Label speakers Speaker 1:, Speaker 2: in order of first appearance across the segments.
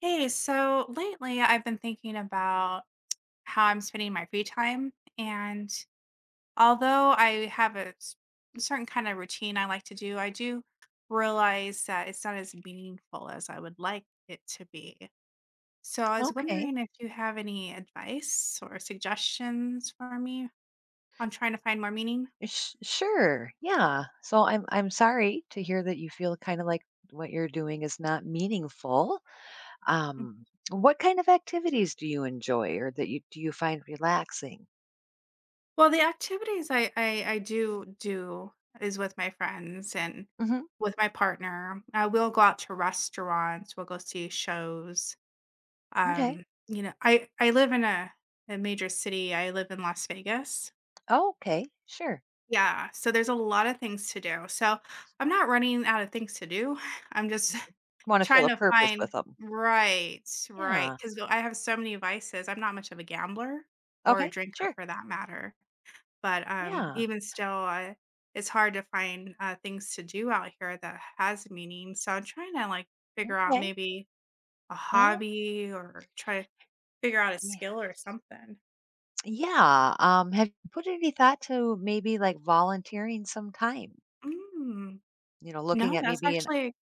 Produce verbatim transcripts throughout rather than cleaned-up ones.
Speaker 1: Hey, so lately I've been thinking about how I'm spending my free time. And although I have a s- certain kind of routine I like to do, I do realize that it's not as meaningful as I would like it to be. So I was
Speaker 2: Okay.
Speaker 1: wondering if you have any advice or suggestions for me on trying to find more meaning.
Speaker 2: Sh- sure. Yeah. So I'm I'm sorry to hear that you feel kind of like what you're doing is not meaningful. Um, what kind of activities do you enjoy or that you do you find relaxing?
Speaker 1: Well, the activities I I I do do is with my friends and
Speaker 2: Hmm.
Speaker 1: with my partner. Uh, we'll go out to restaurants, we'll go see shows.
Speaker 2: Okay.
Speaker 1: Um, you know, I I live in a a major city. I live in Las Vegas.
Speaker 2: Oh, okay. Sure.
Speaker 1: Yeah, so there's a lot of things to do. So, I'm not running out of things to do. I'm just
Speaker 2: Want to feel
Speaker 1: trying
Speaker 2: a
Speaker 1: to
Speaker 2: purpose
Speaker 1: find
Speaker 2: with them.
Speaker 1: right, right,
Speaker 2: Yeah.
Speaker 1: because I have so many vices. I'm not much of a gambler or a
Speaker 2: Okay.
Speaker 1: drinker
Speaker 2: Sure.
Speaker 1: for that matter. But, um,
Speaker 2: Yeah.
Speaker 1: even still, I it's hard to find, uh, things to do out here that has meaning, so I'm trying to, like, figure out
Speaker 2: Okay.
Speaker 1: maybe a
Speaker 2: Um,
Speaker 1: hobby or try to figure out a
Speaker 2: yeah.
Speaker 1: skill or something.
Speaker 2: Yeah. Um, have you put any thought to maybe like volunteering some time?
Speaker 1: Mm.
Speaker 2: You know, looking
Speaker 1: No,
Speaker 2: at
Speaker 1: that's
Speaker 2: maybe,
Speaker 1: actually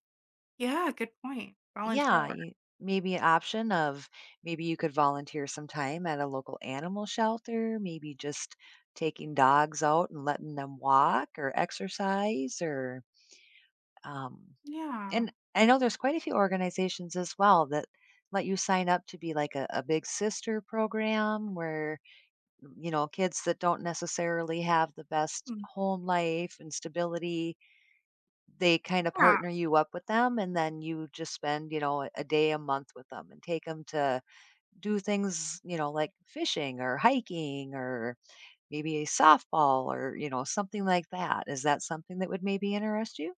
Speaker 1: yeah, good point. Volunteer
Speaker 2: yeah,
Speaker 1: work.
Speaker 2: you, maybe an option of, maybe you could volunteer some time at a local animal shelter, maybe just taking dogs out and letting them walk or exercise, or um
Speaker 1: Yeah.
Speaker 2: and I know there's quite a few organizations as well that let you sign up to be like a, a big sister program where, you know, kids that don't necessarily have the best
Speaker 1: Mm,
Speaker 2: home life and stability, they kinda
Speaker 1: yeah.
Speaker 2: partner you up with them, and then you just spend, you know, a day a month with them and take them to do things, you know, like fishing or hiking or maybe a softball, or, you know, something like that. Is that something that would maybe interest you?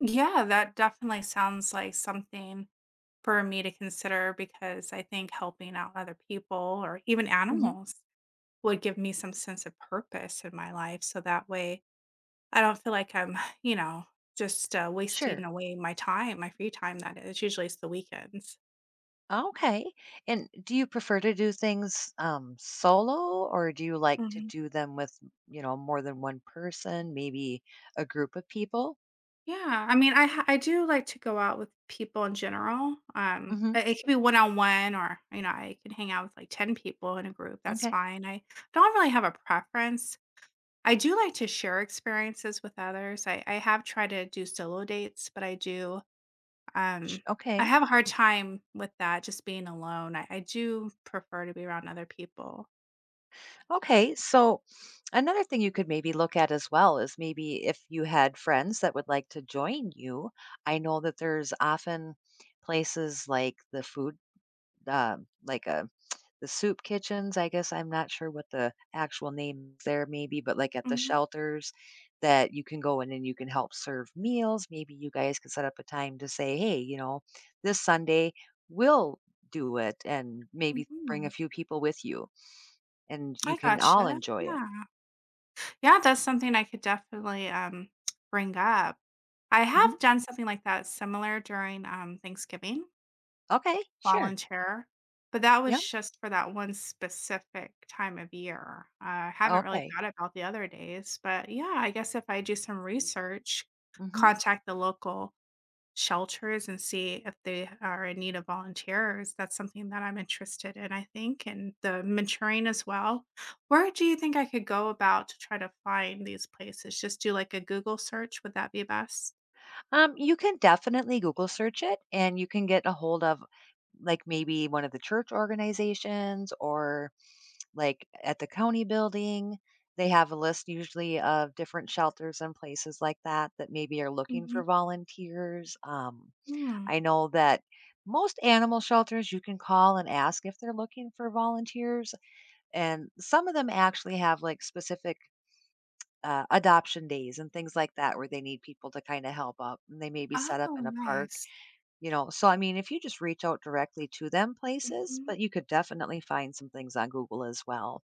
Speaker 1: Yeah, that definitely sounds like something for me to consider because I think helping out other people or even
Speaker 2: Mhm.
Speaker 1: animals would give me some sense of purpose in my life, so that way I don't feel like I'm, you know, just, uh, wasting
Speaker 2: Sure.
Speaker 1: away my time, my free time that is. Usually it's the weekends.
Speaker 2: Okay. And do you prefer to do things, um, solo, or do you like to
Speaker 1: Mhm.
Speaker 2: do them with, you know, more than one person, maybe a group of people?
Speaker 1: Yeah, I mean, I ha I do like to go out with people in general, um,
Speaker 2: Mhm.
Speaker 1: it it could be one-on-one or, you know, I can hang out with, like, ten people in a group, that's
Speaker 2: Okay.
Speaker 1: fine. I don't really have a preference. I do like to share experiences with others. I I have tried to do solo dates, but I do,
Speaker 2: Sh
Speaker 1: um I
Speaker 2: Okay.
Speaker 1: have a hard time with that, just being alone. I I do prefer to be around other people.
Speaker 2: Okay, so another thing you could maybe look at as well is maybe if you had friends that would like to join you. I know that there's often places like the food, uh, like uh the soup kitchens. I guess I'm not sure what the actual name is there, maybe, but like at the
Speaker 1: Mhm.
Speaker 2: shelters that you can go in and you can help serve meals. Maybe you guys could set up a time to say, hey, you know, this Sunday we'll do it, and maybe bring a
Speaker 1: Mhm.
Speaker 2: few people with you, and you
Speaker 1: I
Speaker 2: can all
Speaker 1: gotcha.
Speaker 2: enjoy it.
Speaker 1: Yeah. Yeah, that's something I could definitely, um, bring up. I
Speaker 2: Mhm.
Speaker 1: have done something like that similar during, um, Thanksgiving,
Speaker 2: Okay, sure.
Speaker 1: volunteer, but that was
Speaker 2: Yep.
Speaker 1: just for that one specific time of year. I haven't really
Speaker 2: Okay.
Speaker 1: thought about the other days, but yeah, I guess if I do some research,
Speaker 2: Mhm.
Speaker 1: contact the local shelters and see if they are in need of volunteers. That's something that I'm interested in, I think, and the mentoring as well. Where do you think I could go about to try to find these places? Just do like a Google search. Would that be best?
Speaker 2: Um, you can definitely Google search it, and you can get a hold of like maybe one of the church organizations or like at the county building. They have a list usually of different shelters and places like that that maybe are looking
Speaker 1: Mhm.
Speaker 2: for volunteers. Um,
Speaker 1: Hmm.
Speaker 2: I know that most animal shelters you can call and ask if they're looking for volunteers, and some of them actually have like specific uh, adoption days and things like that where they need people to kind of help up, and they may be set up
Speaker 1: Oh,
Speaker 2: in a park.
Speaker 1: nice.
Speaker 2: You know, so I mean, if you just reach out directly to them places,
Speaker 1: Mhm.
Speaker 2: but you could definitely find some things on Google as well,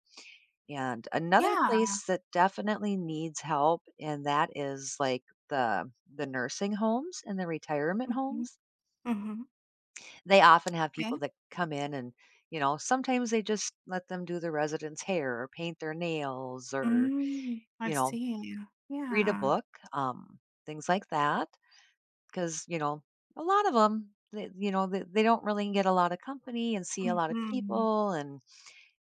Speaker 2: and another
Speaker 1: Yeah.
Speaker 2: place that definitely needs help, and that is like the the nursing homes and the retirement
Speaker 1: Mhm.
Speaker 2: homes.
Speaker 1: Mhm.
Speaker 2: They often have people
Speaker 1: Okay.
Speaker 2: that come in, and, you know, sometimes they just let them do the residents hair or paint their nails, or,
Speaker 1: Mm, I
Speaker 2: you know,
Speaker 1: see.
Speaker 2: read a
Speaker 1: Yeah.
Speaker 2: book, um, things like that. Because, you know, a lot of them, they, you know, they, they don't really get a lot of company and see a lot of
Speaker 1: Mhm.
Speaker 2: people. And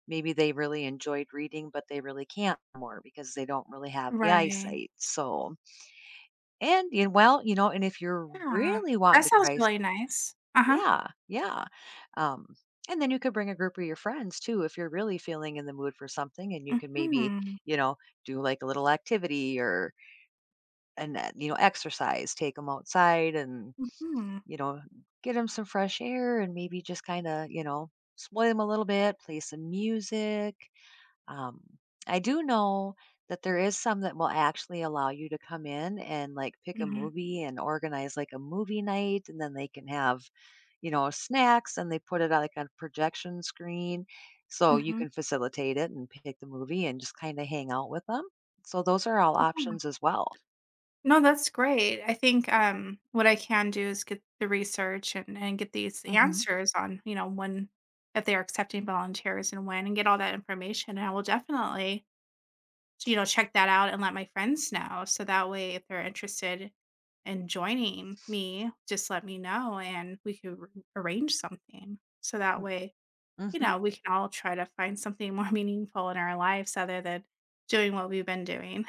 Speaker 2: maybe they really enjoyed reading, but they really can't more because they don't really have the
Speaker 1: Right.
Speaker 2: eyesight. So, and, you well, you know, and if you're
Speaker 1: Yeah.
Speaker 2: really
Speaker 1: That
Speaker 2: wanting to
Speaker 1: sounds
Speaker 2: try, s-
Speaker 1: really nice. Uh-huh.
Speaker 2: yeah, yeah. Um, and then you could bring a group of your friends too, if you're really feeling in the mood for something, and you can maybe,
Speaker 1: Mhm.
Speaker 2: you know, do like a little activity, or and that, you know, exercise, take him outside and,
Speaker 1: Mhm.
Speaker 2: you know, get him some fresh air, and maybe just kind of, you know, spoil him a little bit, play some music. Um, I do know that there is some that will actually allow you to come in and like pick a
Speaker 1: Mhm.
Speaker 2: movie and organize like a movie night, and then they can have, you know, snacks, and they put it on like on a projection screen, so you
Speaker 1: Mhm.
Speaker 2: can facilitate it and pick the movie and just kind of hang out with them. So those are all
Speaker 1: Yeah.
Speaker 2: options as well.
Speaker 1: No, that's great. I think, um, what I can do is get the research and and get these answers on, you know, when if they are accepting volunteers and when and get all that information. And I will definitely, you know, check that out and let my friends know. So that way, if they're interested in joining me, just let me know and we could r- arrange something. So that way, you
Speaker 2: Mhm.
Speaker 1: know, we can all try to find something more meaningful in our lives other than doing what we've been doing.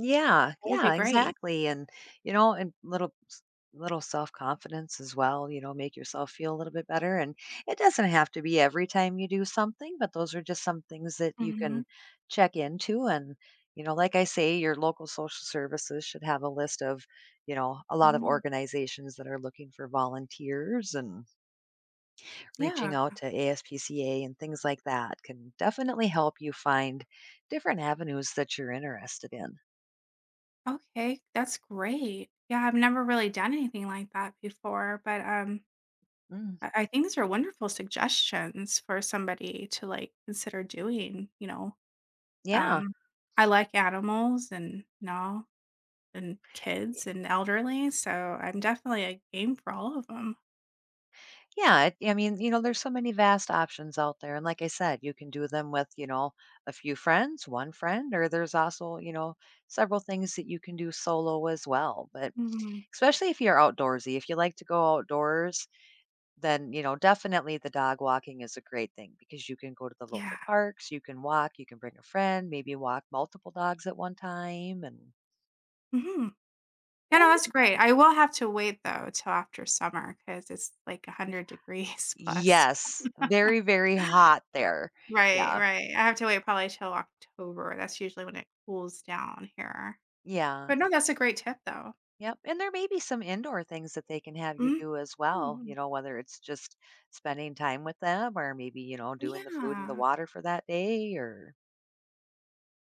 Speaker 2: Yeah,
Speaker 1: That would be
Speaker 2: yeah,
Speaker 1: great.
Speaker 2: exactly, and, you know, and little s little self-confidence as well, you know, make yourself feel a little bit better, and it doesn't have to be every time you do something, but those are just some things that you can
Speaker 1: Mhm.
Speaker 2: check into, and, you know, like I say, your local social services should have a list of, you know, a lot of
Speaker 1: Mm,
Speaker 2: organizations that are looking for volunteers, and reaching
Speaker 1: yeah.
Speaker 2: out to A S P C A and things like that can definitely help you find different avenues that you're interested in.
Speaker 1: Okay. That's great. Yeah, I've never really done anything like that before, but um
Speaker 2: Mm,
Speaker 1: I I think these are wonderful suggestions for somebody to like consider doing, you know.
Speaker 2: yeah.
Speaker 1: Um I like animals and you know and kids and elderly, so I'm definitely a game for all of them.
Speaker 2: Yeah, it I mean, you know, there's so many vast options out there, and like I said, you can do them with, you know, a few friends, one friend, or there's also, you know, several things that you can do solo as well, but
Speaker 1: Hmm.
Speaker 2: especially if you're outdoorsy, if you like to go outdoors, then, you know, definitely the dog walking is a great thing, because you can go to the
Speaker 1: Yeah.
Speaker 2: local parks, you can walk, you can bring a friend, maybe walk multiple dogs at one time, and
Speaker 1: Hmm. Yeah, no, that's
Speaker 2: and
Speaker 1: great. I will have to wait though till after summer because it's like one hundred degrees plus.
Speaker 2: yes, very, very hot there.
Speaker 1: Right,
Speaker 2: Yeah,
Speaker 1: right. I have to wait probably till October. That's usually when it cools down here.
Speaker 2: yeah.
Speaker 1: But no, that's a great tip though.
Speaker 2: Yep, and there may be some indoor things that they can have you
Speaker 1: Mhm.
Speaker 2: do as well, you know, whether it's just spending time with them or maybe, you know, doing the food and the
Speaker 1: Yeah.
Speaker 2: water for that day or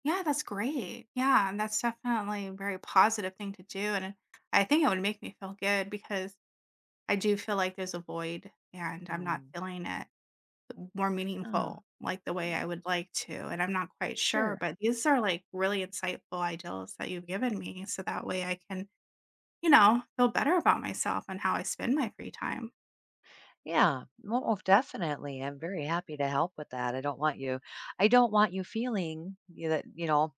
Speaker 1: Yeah, that's great. Yeah, and that's definitely a very positive thing to do. And I think it would make me feel good because I do feel like there's a void and I'm not
Speaker 2: mm,
Speaker 1: feeling it more
Speaker 2: yeah,
Speaker 1: meaningful like the way I would like to. And I'm not quite sure,
Speaker 2: sure.
Speaker 1: but these are like really insightful ideals that you've given me. So that way I can you know, feel better about myself and how I spend my free time.
Speaker 2: Yeah, mo most definitely. I'm very happy to help with that. I don't want you I don't want you feeling y that, you know,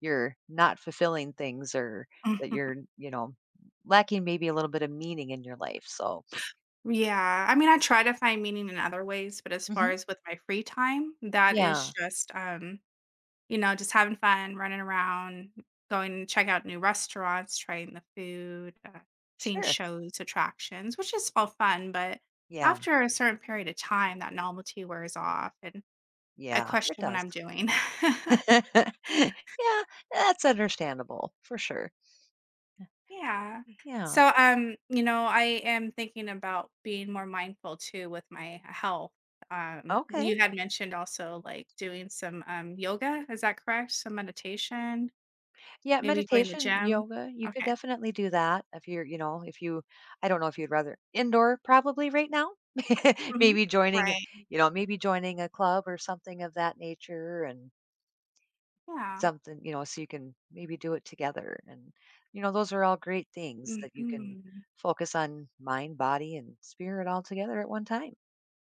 Speaker 2: you're not fulfilling things or that you're, you know, lacking maybe a little bit of meaning in your life, so
Speaker 1: Mhm. Yeah, I mean, I try to find meaning in other ways, but as far
Speaker 2: mhm.
Speaker 1: as with my free time, that is
Speaker 2: Yeah,
Speaker 1: just, um, you know, just having fun, running around, going and check out new restaurants, trying the food, uh, seeing
Speaker 2: sure.
Speaker 1: shows, attractions, which is all fun, but
Speaker 2: Yeah,
Speaker 1: after a certain period of time, that novelty wears off, and I
Speaker 2: yeah, it
Speaker 1: question what
Speaker 2: does.
Speaker 1: I'm doing.
Speaker 2: Yeah, that's understandable for sure.
Speaker 1: Yeah.
Speaker 2: Yeah.
Speaker 1: So um, you know, I am thinking about being more mindful too with my health. Um,
Speaker 2: Okay.
Speaker 1: you had mentioned also like doing some um yoga, is that correct? Some meditation,
Speaker 2: Yeah,
Speaker 1: maybe going to the
Speaker 2: meditation,
Speaker 1: gym.
Speaker 2: yoga, you could
Speaker 1: Okay.
Speaker 2: definitely do that if you're, you know, if you I don't know if you'd rather indoor probably right now.
Speaker 1: Hmm.
Speaker 2: Maybe joining,
Speaker 1: Right.
Speaker 2: you know, maybe joining a club or something of that nature and
Speaker 1: Yeah.
Speaker 2: something, you know, so you can maybe do it together. And, you know, those are all great things that you can
Speaker 1: Hmm.
Speaker 2: focus on mind, body, and spirit all together at one time.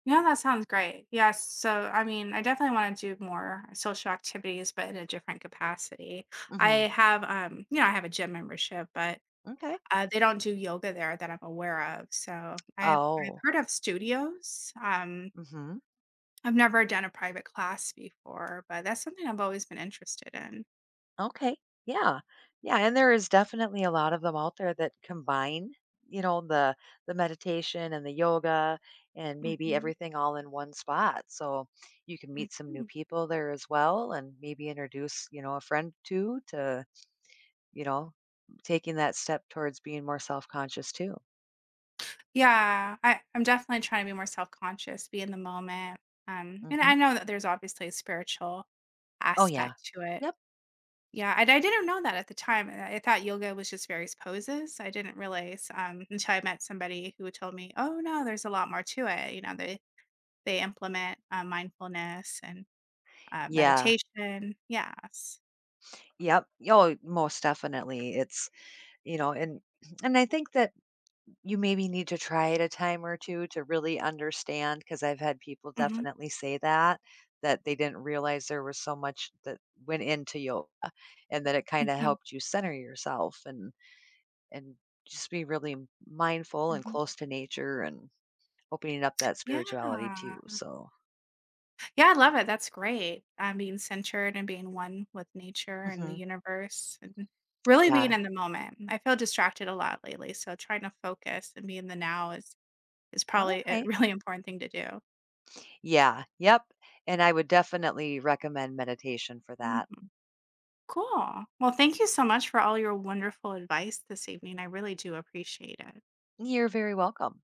Speaker 1: Yeah, that sounds great. Yes. So, I mean, I definitely want to do more social activities, but in a different capacity. I
Speaker 2: Hmm.
Speaker 1: have, um, you know, I have a gym membership, but
Speaker 2: Okay.
Speaker 1: Uh, they don't do yoga there that I'm aware of, so I've I've
Speaker 2: Oh.
Speaker 1: heard of studios, um,
Speaker 2: Hmm.
Speaker 1: I've never done a private class before, but that's something I've always been interested in.
Speaker 2: Okay. Yeah. Yeah, and there is definitely a lot of them out there that combine, you know, the the meditation and the yoga and maybe
Speaker 1: Mhm,
Speaker 2: everything all in one spot. So you can meet some new
Speaker 1: mhm.
Speaker 2: people there as well and maybe introduce, you know, a friend to to, you know, taking that step towards being more self-conscious too.
Speaker 1: Yeah, I I'm definitely trying to be more self-conscious, be in the moment, um, and
Speaker 2: Mhm.
Speaker 1: I know that there's obviously a spiritual
Speaker 2: Oh yeah.
Speaker 1: aspect to it.
Speaker 2: Yep.
Speaker 1: Yeah, and I didn't know that at the time, I I thought yoga was just various poses, I didn't realize, um, until I met somebody who told me, "Oh, no, there's a lot more to it," you know, they They implement, uh, mindfulness and, uh,
Speaker 2: Yeah.
Speaker 1: meditation. Yes.
Speaker 2: Yep. Oh, most definitely. It's, you know, and and I think that you maybe need to try it a time or two to really understand, because 'cause I've had people
Speaker 1: Mhm,
Speaker 2: definitely say that, that they didn't realize there was so much that went into yoga, and that it kinda
Speaker 1: mhm,
Speaker 2: helped you center yourself and and just be really m- mindful and
Speaker 1: mhm.
Speaker 2: close to nature and opening up that
Speaker 1: Yeah.
Speaker 2: spirituality too, so
Speaker 1: Yeah, I love it, that's great. Um, being centered and being one with nature and the
Speaker 2: mhm.
Speaker 1: universe and really being
Speaker 2: Yeah.
Speaker 1: in the moment. I feel distracted a lot lately, so trying to focus and be in the now is is probably a
Speaker 2: Okay.
Speaker 1: really important thing to do.
Speaker 2: Yeah. Yep. And I would definitely recommend meditation for that.
Speaker 1: Mhm. Cool. Well, thank you so much for all your wonderful advice this evening. I really do appreciate it.
Speaker 2: You're very welcome.